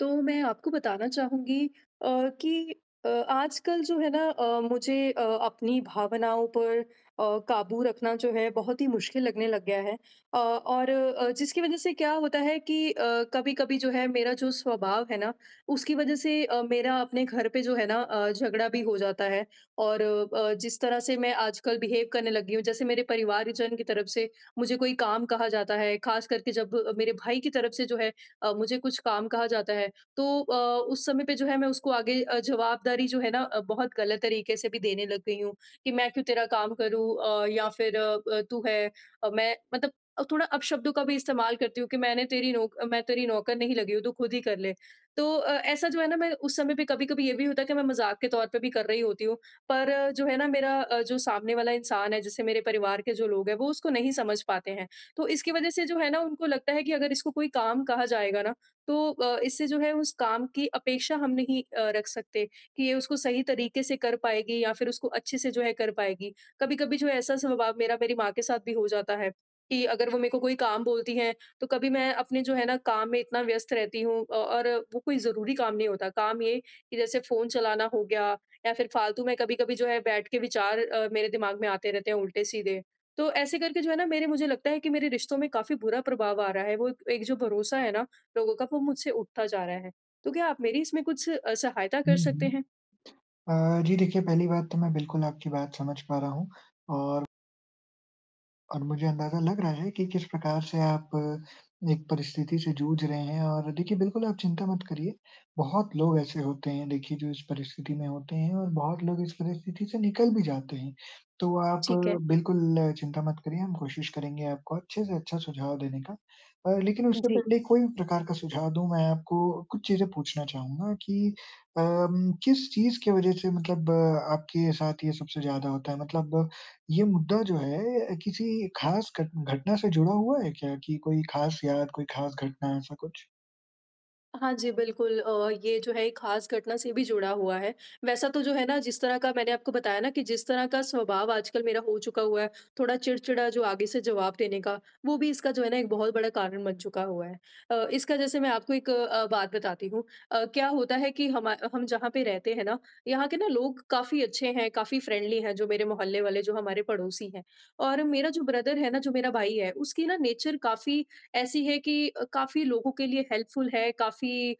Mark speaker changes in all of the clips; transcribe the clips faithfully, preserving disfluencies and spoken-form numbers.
Speaker 1: तो मैं आपको बताना चाहूँगी अ, कि अ, आजकल जो है ना अ, मुझे अ, अपनी भावनाओं पर अ, काबू रखना जो है बहुत ही मुश्किल लगने लग गया है अ, और अ, जिसकी वजह से क्या होता है कि कभी कभी जो है मेरा जो स्वभाव है ना, उसकी वजह से अ, मेरा अपने घर पे जो है ना अ, झगड़ा भी हो जाता है। और अ, अ, जिस तरह से मैं आजकल बिहेव करने लगी हूँ, जैसे मेरे परिवारजन की तरफ से मुझे कोई काम कहा जाता है, खास करके जब अ, मेरे भाई की तरफ से जो है अ, मुझे कुछ काम कहा जाता है, तो अ, उस समय पे जो है मैं उसको आगे अ, जवाबदारी जो है ना अ, बहुत गलत तरीके से भी देने लग गई हूँ कि मैं क्यों तेरा काम करूँ, अ, या फिर अ, अ, तू है। अ, मैं मतलब अ, थोड़ा अपशब्दों का भी इस्तेमाल करती हूँ कि मैंने तेरी नौक मैं तेरी नौकर नहीं लगी हूँ, तो खुद ही कर ले। तो अ, ऐसा जो है ना, मैं उस समय पे कभी कभी ये भी होता है कि मैं मजाक के तौर पे भी कर रही होती हूँ। पर अ, जो है ना मेरा अ, जो सामने वाला इंसान है, जैसे मेरे परिवार के जो लोग हैं, वो उसको नहीं समझ पाते हैं। तो इसकी वजह से जो है ना उनको लगता है कि अगर इसको कोई काम कहा जाएगा ना, तो अ, इससे जो है उस काम की अपेक्षा हम नहीं अ, रख सकते कि ये उसको सही तरीके से कर पाएगी या फिर उसको अच्छे से जो है कर पाएगी। कभी कभी जो है ऐसा स्वभाव मेरा मेरी माँ के साथ भी हो जाता है कि अगर वो मेरे को कोई काम बोलती हैं, तो कभी मैं अपने जो है ना काम में इतना व्यस्त रहती हूँ अ, और वो कोई जरूरी काम नहीं होता, काम ये कि जैसे फोन चलाना हो गया या फिर फालतू में कभी कभी जो है बैठ के विचार अ, मेरे दिमाग में आते रहते हैं उल्टे सीधे। तो ऐसे करके जो है ना मेरे मुझे लगता है कि मेरे रिश्तों में काफी बुरा प्रभाव आ रहा है, वो एक एक जो भरोसा है ना लोगों का, वो मुझसे उठता जा रहा है। तो क्या आप मेरी इसमें कुछ अ, सहायता कर
Speaker 2: हुँ,
Speaker 1: सकते हैं?
Speaker 2: हुँ। अ, जी देखिए पहली बात तो मैं बिल्कुल आपकी बात समझ पा रहा हूँ और और मुझे अंदाज़ा लग रहा है कि किस प्रकार से आप एक परिस्थिति से जूझ रहे हैं और देखिए, बिल्कुल आप चिंता मत करिए। बहुत लोग ऐसे होते हैं देखिए जो इस परिस्थिति में होते हैं और बहुत लोग इस परिस्थिति से निकल भी जाते हैं। तो आप
Speaker 1: ठीक है।
Speaker 2: बिल्कुल चिंता मत करिए, हम कोशिश करेंगे आपको अच्छे से अच्छा सुझाव देने का। अ, लेकिन उससे
Speaker 1: जी।
Speaker 2: पहले कोई भी प्रकार का सुझाव दूँ, मैं आपको कुछ चीज़ें पूछना चाहूँगा कि अम, किस चीज़ की वज़ह से मतलब अ, आपके साथ ये सबसे ज़्यादा होता है? मतलब ये मुद्दा जो है किसी खास घट घटना से जुड़ा हुआ है क्या कि कोई खास याद, कोई खास घटना ऐसा कुछ?
Speaker 1: हाँ जी, बिल्कुल अ, ये जो है एक ख़ास घटना से भी जुड़ा हुआ है। वैसा तो जो है ना जिस तरह का मैंने आपको बताया ना कि जिस तरह का स्वभाव आजकल मेरा हो चुका हुआ है, थोड़ा चिड़चिड़ा जो आगे से जवाब देने का, वो भी इसका जो है ना एक बहुत बड़ा कारण बन चुका हुआ है। अ, इसका जैसे मैं आपको एक अ, बात बताती हूँ। अ, क्या होता है कि हमा हम जहाँ पे रहते हैं ना, यहाँ के ना लोग काफ़ी अच्छे हैं, काफ़ी फ्रेंडली हैं, जो मेरे मोहल्ले वाले जो हमारे पड़ोसी हैं। और मेरा जो ब्रदर है ना, जो मेरा भाई है, उसकी ना नेचर काफ़ी ऐसी है कि अ, काफ़ी लोगों के लिए हेल्पफुल है, काफ़ी अ,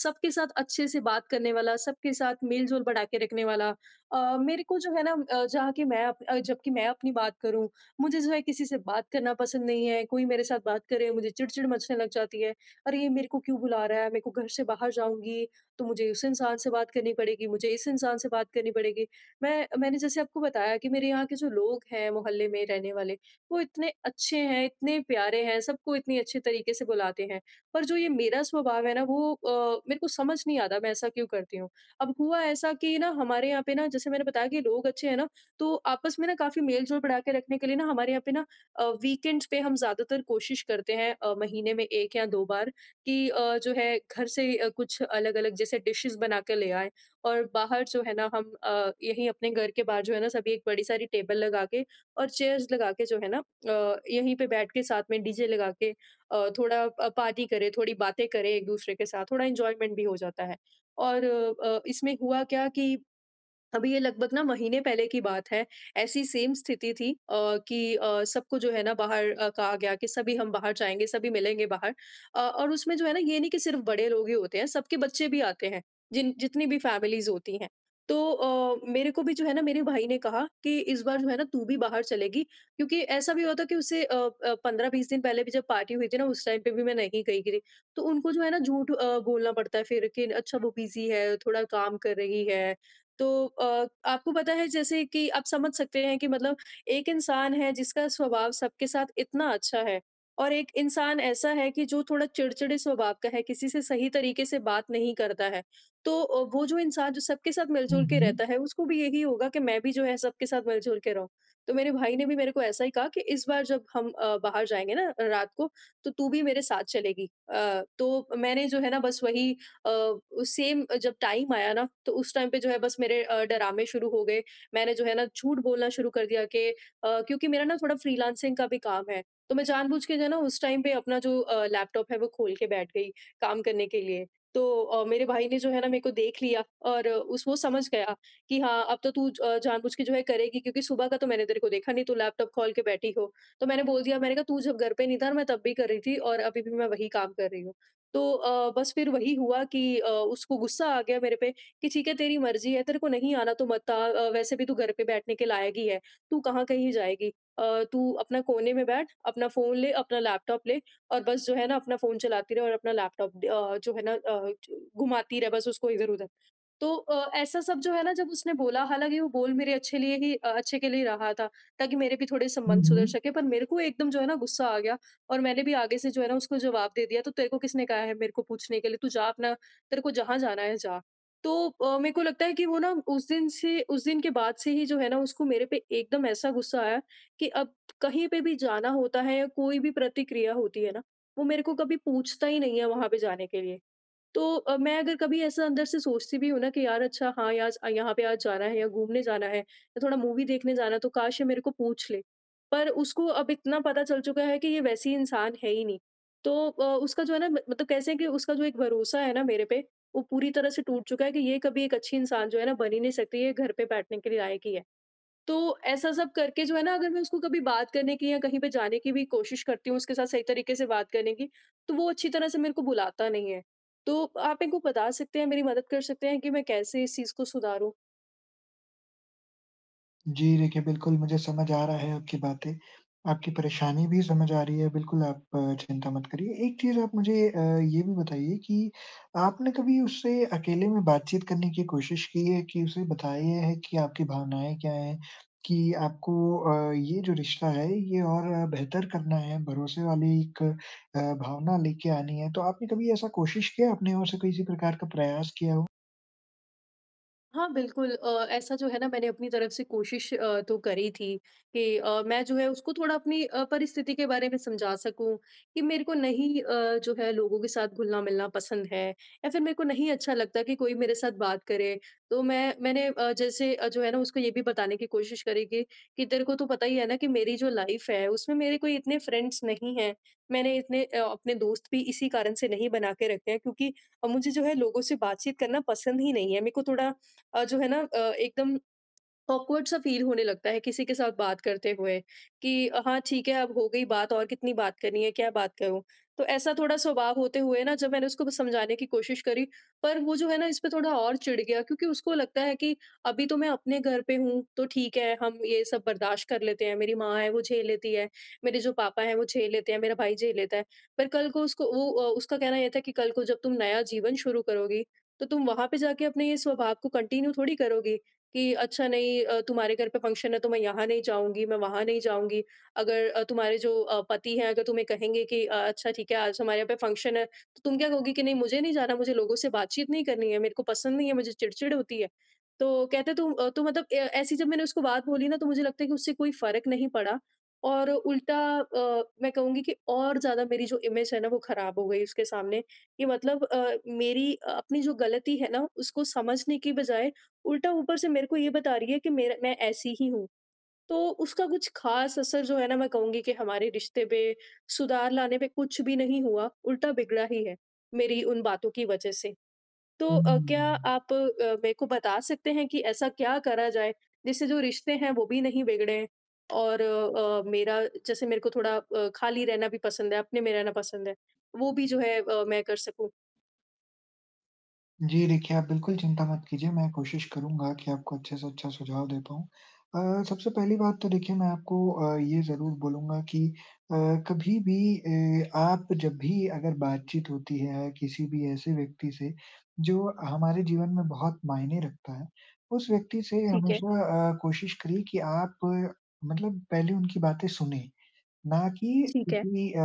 Speaker 1: सबके साथ अच्छे से बात करने वाला, सबके साथ मेल-जोल बढ़ा के रखने वाला। अ, मेरे को जो है ना अ, जहाँ कि मैं अप अ, जबकि मैं अपनी बात करूँ, मुझे जो है किसी से बात करना पसंद नहीं है, कोई मेरे साथ बात करे मुझे चिड़चिड़ मचने लग जाती है। अरे! ये मेरे को क्यों बुला रहा है? मेरे को घर से बाहर जाऊँगी, तो मुझे उस इंसान से बात करनी पड़ेगी, मुझे इस इंसान से बात करनी पड़ेगी। मैं मैंने जैसे आपको बताया कि मेरे यहाँ के जो लोग हैं मोहल्ले में रहने वाले, वो इतने अच्छे हैं, इतने प्यारे हैं, सबको इतनी अच्छे तरीके से बुलाते हैं। पर जो ये मेरा स्वभाव है ना, वो अ, मेरे को समझ नहीं आता मैं ऐसा क्यों करती हूँ। अब हुआ ऐसा कि ना हमारे यहाँ पे ना, जैसे मैंने बताया कि लोग अच्छे हैं ना, तो आपस में ना काफ़ी मेल-जोल बढ़ा के रखने के लिए ना हमारे यहाँ पे ना अ, वीकेंड्स पे हम ज़्यादातर कोशिश करते हैं अ, महीने में एक या दो बार कि अ, जो है घर से अ, कुछ अलग-अलग जैसे डिशेज़ बना के ले आएँ और बाहर जो है ना हम अ, यहीं अपने घर के बाहर जो है ना सभी एक बड़ी सारी टेबल लगा के और चेयर्स लगा के जो है ना अ, यहीं पे बैठ के साथ में डीजे लगा के अ, थोड़ा अ, पार्टी करें, थोड़ी बातें करें एक-दूसरे के साथ, थोड़ा एन्जॉयमेंट भी हो जाता है। और अ, अ, इसमें हुआ क्या कि अभी ये लगभग ना महीने पहले की बात है। ऐसी सेम स्थिति थी अ, कि अ, सबको जो है ना बाहर अ, कहा गया कि सभी हम बाहर जाएँगे, सभी मिलेंगे बाहर। अ, और उसमें जो है ना ये नहीं कि सिर्फ़ बड़े लोग ही होते हैं, सबके बच्चे भी आते हैं, जिन जितनी भी फैमिलीज़ होती हैं। तो अ, मेरे को भी जो है ना मेरे भाई ने कहा कि इस बार जो है ना तू भी बाहर चलेगी, क्योंकि ऐसा भी हुआ था कि उससे अ अ, पंद्रह बीस दिन पहले भी जब पार्टी हुई थी ना उस टाइम पे भी मैं नहीं गई थी। तो उनको जो है ना झूठ अ, बोलना पड़ता है फिर कि अच्छा वो बिज़ी है, थोड़ा काम कर रही है। तो अ, आपको पता है, जैसे कि आप समझ सकते हैं कि मतलब एक इंसान है जिसका स्वभाव सबके साथ इतना अच्छा है, और एक इंसान ऐसा है कि जो थोड़ा चिड़चिड़े स्वभाव का है, किसी से सही तरीके से बात नहीं करता है। तो अ, वो जो इंसान जो सबके साथ
Speaker 2: हुँ,
Speaker 1: मिलजुल के
Speaker 2: हुँ।
Speaker 1: रहता है, उसको भी यही होगा कि मैं भी जो है सबके साथ मिलजुल के रहूं। तो मेरे भाई ने भी मेरे को ऐसा ही कहा कि इस बार जब हम अ, बाहर जाएंगे ना रात को, तो तू भी मेरे साथ चलेगी। अ, तो मैंने जो है ना बस वही अ, सेम जब टाइम आया ना, तो उस टाइम पे जो है बस मेरे अ, डरामे शुरू हो गए। मैंने जो है ना झूठ बोलना शुरू कर दिया कि अ, क्योंकि मेरा ना थोड़ा फ्रीलांसिंग का भी काम है। तो मैं जानबूझ के जो है ना उस टाइम पे अपना जो अ, लैपटॉप है वो खोल के बैठ गई काम करने के लिए। तो अ, मेरे भाई ने जो है ना मेरे को देख लिया और अ, उस वो समझ गया कि हाँ, अब तो तू ज- अ, जानबूझ के जो है करेगी, क्योंकि सुबह का तो मैंने तेरे को देखा नहीं, तू लैपटॉप खोल के बैठी हो। तो मैंने बोल दिया, मैंने कहा, तू जब घर पे नहीं था ना, मैं तब भी कर रही थी और अभी भी मैं वही काम कर रही हूँ। तो अ, बस फिर वही हुआ कि अ, उसको गुस्सा आ गया मेरे पे कि ठीक है, तेरी मर्ज़ी है, तेरे को नहीं आना तो मत आ। अ, वैसे भी तू घर पे बैठने के लायक ही है, तू कहाँ कहीं जाएगी। अ, तू अपना कोने में बैठ, अपना फ़ोन ले, अपना लैपटॉप ले और बस जो है ना अपना फ़ोन चलाती रहे और अपना लैपटॉप अ, जो है ना अ, घुमाती रहे बस उसको इधर-उधर। तो अ, ऐसा सब जो है ना, जब उसने बोला, हालाँकि वो बोल मेरे अच्छे लिए ही अ, अच्छे के लिए रहा था, ताकि मेरे भी थोड़े
Speaker 2: हुँ,
Speaker 1: संबंध सुधर
Speaker 2: हुँ।
Speaker 1: सके, पर मेरे को एकदम जो है ना गुस्सा आ गया। और मैंने भी आगे से जो है ना उसको जवाब दे दिया, "तो तेरे को किसने कहा है मेरे को पूछने के लिए? तू जा अपना तेरे को जहाँ जाना है जा।" तो अ, मेरे को लगता है कि वो ना उस दिन से उस दिन के बाद से ही जो है ना उसको मेरे पे एकदम ऐसा गुस्सा आया कि अब कहीं पे भी जाना होता है या कोई भी प्रतिक्रिया होती है ना, वो मेरे को कभी पूछता ही नहीं है वहाँ पे जाने के लिए। तो अ, मैं अगर कभी ऐसा अंदर से सोचती भी हूँ ना कि यार, अच्छा हाँ यार, अ, यहाँ पे आज जाना है या घूमने जाना है या थोड़ा मूवी देखने जाना है, तो काश ये मेरे को पूछ ले। पर उसको अब इतना पता चल चुका है कि ये वैसी इंसान है ही नहीं। तो अ, उसका जो है ना म मतलब कैसे है कि उसका जो एक भरोसा है ना मेरे पे, वो पूरी तरह से टूट चुका है कि ये कभी एक अच्छी इंसान जो है ना बन ही नहीं सकती, ये घर पे बैठने के लिए लायक ही है। तो ऐसा सब करके जो है ना अगर मैं उसको कभी बात करने की या कहीं पे जाने की भी कोशिश करती हूँ, उसके साथ सही तरीके से बात करने की, तो वो अच्छी तरह से मेरे को बुलाता नहीं है। तो आप मेरे को बता सकते हैं, मेरी मदद कर सकते हैं कि मैं कैसे इस चीज़ को सुधारूँ?
Speaker 2: जी, देखिए बिल्कुल मुझे समझ आ रहा है आपकी बातें, आपकी परेशानी भी समझ आ रही है, बिल्कुल आप अ, चिंता मत करिए। एक चीज़ आप मुझे अ, ये भी बताइए कि आपने कभी उससे अकेले में बातचीत करने की कोशिश की है कि उसे बताया है कि आपकी भावनाएँ क्या हैं? कि आपको अ, ये जो रिश्ता है ये और अ, बेहतर करना है, भरोसे वाली एक अ, भावना लेके आनी है। तो आपने कभी ऐसा कोशिश किया? आपने और से किसी प्रकार का प्रयास किया हो?
Speaker 1: हाँ, बिल्कुल, अ, ऐसा जो है ना मैंने अपनी तरफ से कोशिश अ, तो करी थी कि अ, मैं जो है उसको थोड़ा अपनी अ, परिस्थिति के बारे में समझा सकूँ कि मेरे को नहीं अ, जो है लोगों के साथ घुलना-मिलना पसंद है, या फिर मेरे को नहीं अच्छा लगता कि कोई मेरे साथ बात करे। तो मैं मैंने अ, जैसे अ, जो है ना उसको ये भी बताने की कोशिश करी कि, कि तेरे को तो पता ही है ना कि मेरी जो लाइफ़ है उसमें मेरे कोई इतने फ्रेंड्स नहीं हैं। मैंने इतने अ, अपने दोस्त भी इसी कारण से नहीं बना के रखे हैं, क्योंकि अ, मुझे जो है लोगों से बातचीत करना पसंद ही नहीं है। मेरे को थोड़ा अ, जो है ना अ, एकदम ऑकवर्ड सा फील होने लगता है किसी के साथ बात करते हुए कि हाँ ठीक है, अब हो गई बात, और कितनी बात करनी है, क्या बात करूं। तो ऐसा थोड़ा स्वभाव होते हुए ना जब मैंने उसको समझाने की कोशिश करी, पर वो जो है ना इस पे थोड़ा और चिढ़ गया, क्योंकि उसको लगता है कि अभी तो मैं अपने घर पे हूँ तो ठीक है, हम ये सब बर्दाश्त कर लेते हैं, मेरी माँ है वो झेल लेती है, मेरे जो पापा है वो झेल लेते हैं, मेरा भाई झेल लेता है, पर कल को उसको वो अ, उसका कहना यह था कि कल को जब तुम नया जीवन शुरू करोगी, तो तुम वहां पे जाके अपने ये स्वभाव को कंटिन्यू थोड़ी करोगी कि अच्छा नहीं, अ, तुम्हारे घर पे फंक्शन है तो मैं यहाँ नहीं जाऊँगी, मैं वहाँ नहीं जाऊँगी। अगर अ, तुम्हारे जो अ, पति हैं, अगर तुम्हें कहेंगे कि अ, अच्छा ठीक है, आज हमारे यहाँ पे फंक्शन है, तो तुम क्या कहोगी कि नहीं मुझे नहीं जाना, मुझे लोगों से बातचीत नहीं करनी है, मेरे को पसंद नहीं है, मुझे चिड़चिड़ होती है। तो कहते तुम अ, तो मतलब ए ऐसी जब मैंने उसको बात बोली ना, तो मुझे लगता है कि उससे कोई फ़र्क नहीं पड़ा और उल्टा, अ, मैं कहूँगी कि और ज़्यादा मेरी जो इमेज है ना वो ख़राब हो गई उसके सामने, कि मतलब अ, मेरी अ, अपनी जो गलती है ना उसको समझने की बजाय, उल्टा ऊपर से मेरे को ये बता रही है कि मेरा मैं ऐसी ही हूँ। तो उसका कुछ ख़ास असर जो है ना, मैं कहूँगी कि हमारे रिश्ते पे सुधार लाने पे कुछ भी नहीं हुआ, उल्टा बिगड़ा ही है, मेरी उन बातों की वज़ह से। तो अ, क्या
Speaker 2: हुँ।
Speaker 1: आप अ, मेरे को बता सकते हैं कि ऐसा क्या करा जाए, जिससे जो रिश्ते हैं वो भी नहीं बिगड़ें, और अ, अ, मेरा, जैसे मेरे को थोड़ा अ, खाली रहना भी पसंद है, अपने में रहना पसंद है, वो भी जो है अ, मैं कर सकूँ?
Speaker 2: जी, देखिए आप बिल्कुल चिंता मत कीजिए, मैं कोशिश करूँगा कि आपको अच्छे से अच्छा सुझाव दे पाऊँ। अ, सबसे पहली बात तो देखिए मैं आपको अ, ये ज़रूर बोलूँगा कि अ, कभी भी अ, आप जब भी अगर बातचीत होती है किसी भी ऐसे व्यक्ति से जो हमारे जीवन में बहुत मायने रखता है, उस व्यक्ति से
Speaker 1: ठीक है,
Speaker 2: हमेशा अ, कोशिश करिए कि आप अ, मतलब पहले उनकी बातें सुनें। ना कि
Speaker 1: ठीक है।
Speaker 2: किसी अ,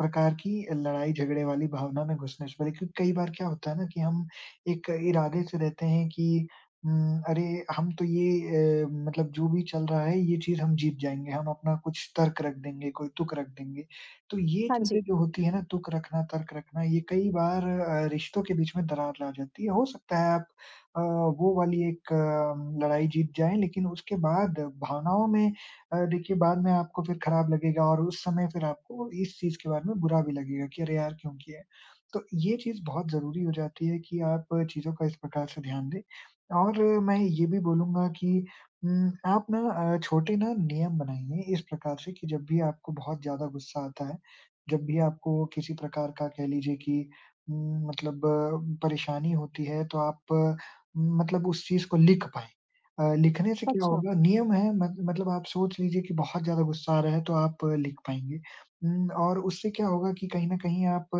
Speaker 2: प्रकार की लड़ाई-झगड़े वाली भावना में घुसने से पहले क्योंकि कई बार क्या होता है ना कि हम एक इरादे से रहते हैं कि उम, अरे! हम तो ये अ, मतलब जो भी चल रहा है ये चीज़ हम जीत जाएँगे, हम अपना कुछ तर्क रख देंगे, कोई तुक रख देंगे। तो ये
Speaker 1: हाँ जी।
Speaker 2: चीज़ें जो होती है ना तुक रखना, तर्क रखना ये कई बार अ, रिश्तों के बीच में दरार ला जाती है। हो सकता है आप अ, वो वाली एक अ, लड़ाई जीत जाएँ लेकिन उसके बाद भावनाओं में अ, देखिए बाद में आपको फिर खराब लगेगा और उस समय फिर आपको इस चीज़ के बारे में बुरा भी लगेगा कि अरे यार क्यों किया है? तो ये चीज़ बहुत ज़रूरी हो जाती है कि आप चीज़ों का इस प्रकार से ध्यान दें और मैं ये भी बोलूँगा कि उम, आप ना अ, छोटे ना नियम बनाइए इस प्रकार से कि जब भी आपको बहुत ज़्यादा गुस्सा आता है, जब भी आपको किसी प्रकार का कह लीजिए कि उम, मतलब अ, परेशानी होती है तो आप उम, मतलब उस चीज़ को लिख पाएँ। अ, लिखने से क्या
Speaker 1: अच्छा,
Speaker 2: होगा नियम है मत मतलब आप सोच लीजिए कि बहुत ज़्यादा गुस्सा आ रहा है तो आप अ, लिख पाएँगे। उम, और उससे क्या होगा कि कहीं न कहीं आप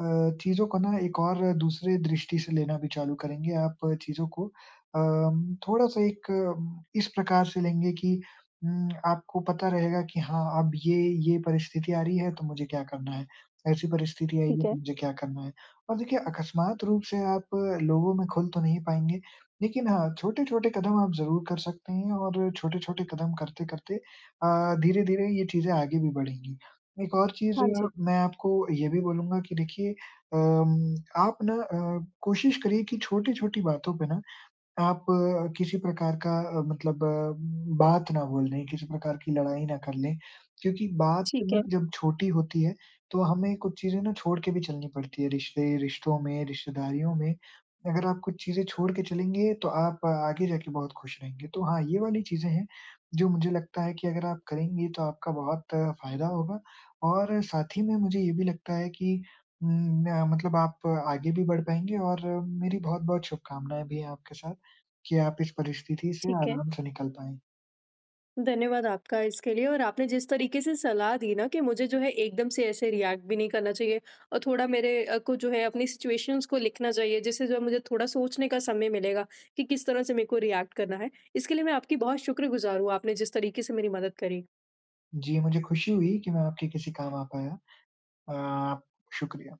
Speaker 2: अ, चीज़ों को ना एक और दूसरे दृष्टि से लेना भी चालू करेंगे। आप चीज़ों को अम, थोड़ा-सा एक अम, इस प्रकार से लेंगे कि उम, आपको पता रहेगा कि हाँ, अब ये ये परिस्थिति आ रही है तो मुझे क्या करना है, ऐसी परिस्थिति आई
Speaker 1: ठीक
Speaker 2: है
Speaker 1: है।
Speaker 2: तो मुझे क्या करना है। और देखिए अकस्मात रूप से आप अ, लोगों में खुल तो नहीं पाएँगे लेकिन हाँ, छोटे-छोटे कदम आप ज़रूर कर सकते हैं और छोटे-छोटे कदम करते-करते अ, धीरे-धीरे ये चीज़ें आगे भी बढ़ेंगी। एक और चीज़
Speaker 1: हाँ जी।
Speaker 2: मैं आपको ये भी बोलूँगा कि देखिए अम, आप ना अ, कोशिश करिए कि छोटी-छोटी बातों पे ना आप अ, किसी प्रकार का अ, मतलब अ, बात ना बोल दें, किसी प्रकार की लड़ाई ना कर लें, क्योंकि बात
Speaker 1: ठीक
Speaker 2: ना
Speaker 1: है,
Speaker 2: जब छोटी होती है, तो हमें कुछ चीज़ें ना छोड़ के भी चलनी पड़ती है, रिश्ते रिश्तों में, रिश्तेदारियों में। अगर आप कुछ चीज़ें छोड़ के चलेंगे, तो आप अ, आगे जाके बहुत खुश रहेंगे। तो हाँ, ये वाली चीज़ें हैं, जो मुझे लगता है कि अगर आप करेंगे, तो आपका बहुत फ़ायदा होगा और साथ ही में मुझे ये भी लगता है कि उम, न मतलब आप आगे भी बढ़ पाएँगे और मेरी बहुत-बहुत शुभकामनाएँ भी हैं आपके साथ। कि आप इस परिस्थिति से
Speaker 1: ठीक है।
Speaker 2: आराम से निकल पाएँ।
Speaker 1: धन्यवाद आपका इसके लिए, और आपने जिस तरीके से सलाह दी ना कि मुझे जो है एकदम से ऐसे रिएक्ट भी नहीं करना चाहिए, और थोड़ा मेरे अ, को जो है अपनी सिचुएशंस को लिखना चाहिए, जिससे जो है मुझे थोड़ा सोचने का समय मिलेगा कि किस तरह से मेरे को रिएक्ट करना है। इसके लिए मैं आपकी बहुत शुक्रगुजार हूँ, आपने जिस तरीके से मेरी मदद करी।
Speaker 2: जी, मुझे खुशी हुई कि मैं आपके किसी काम आ पाया। अ, शुक्रिया।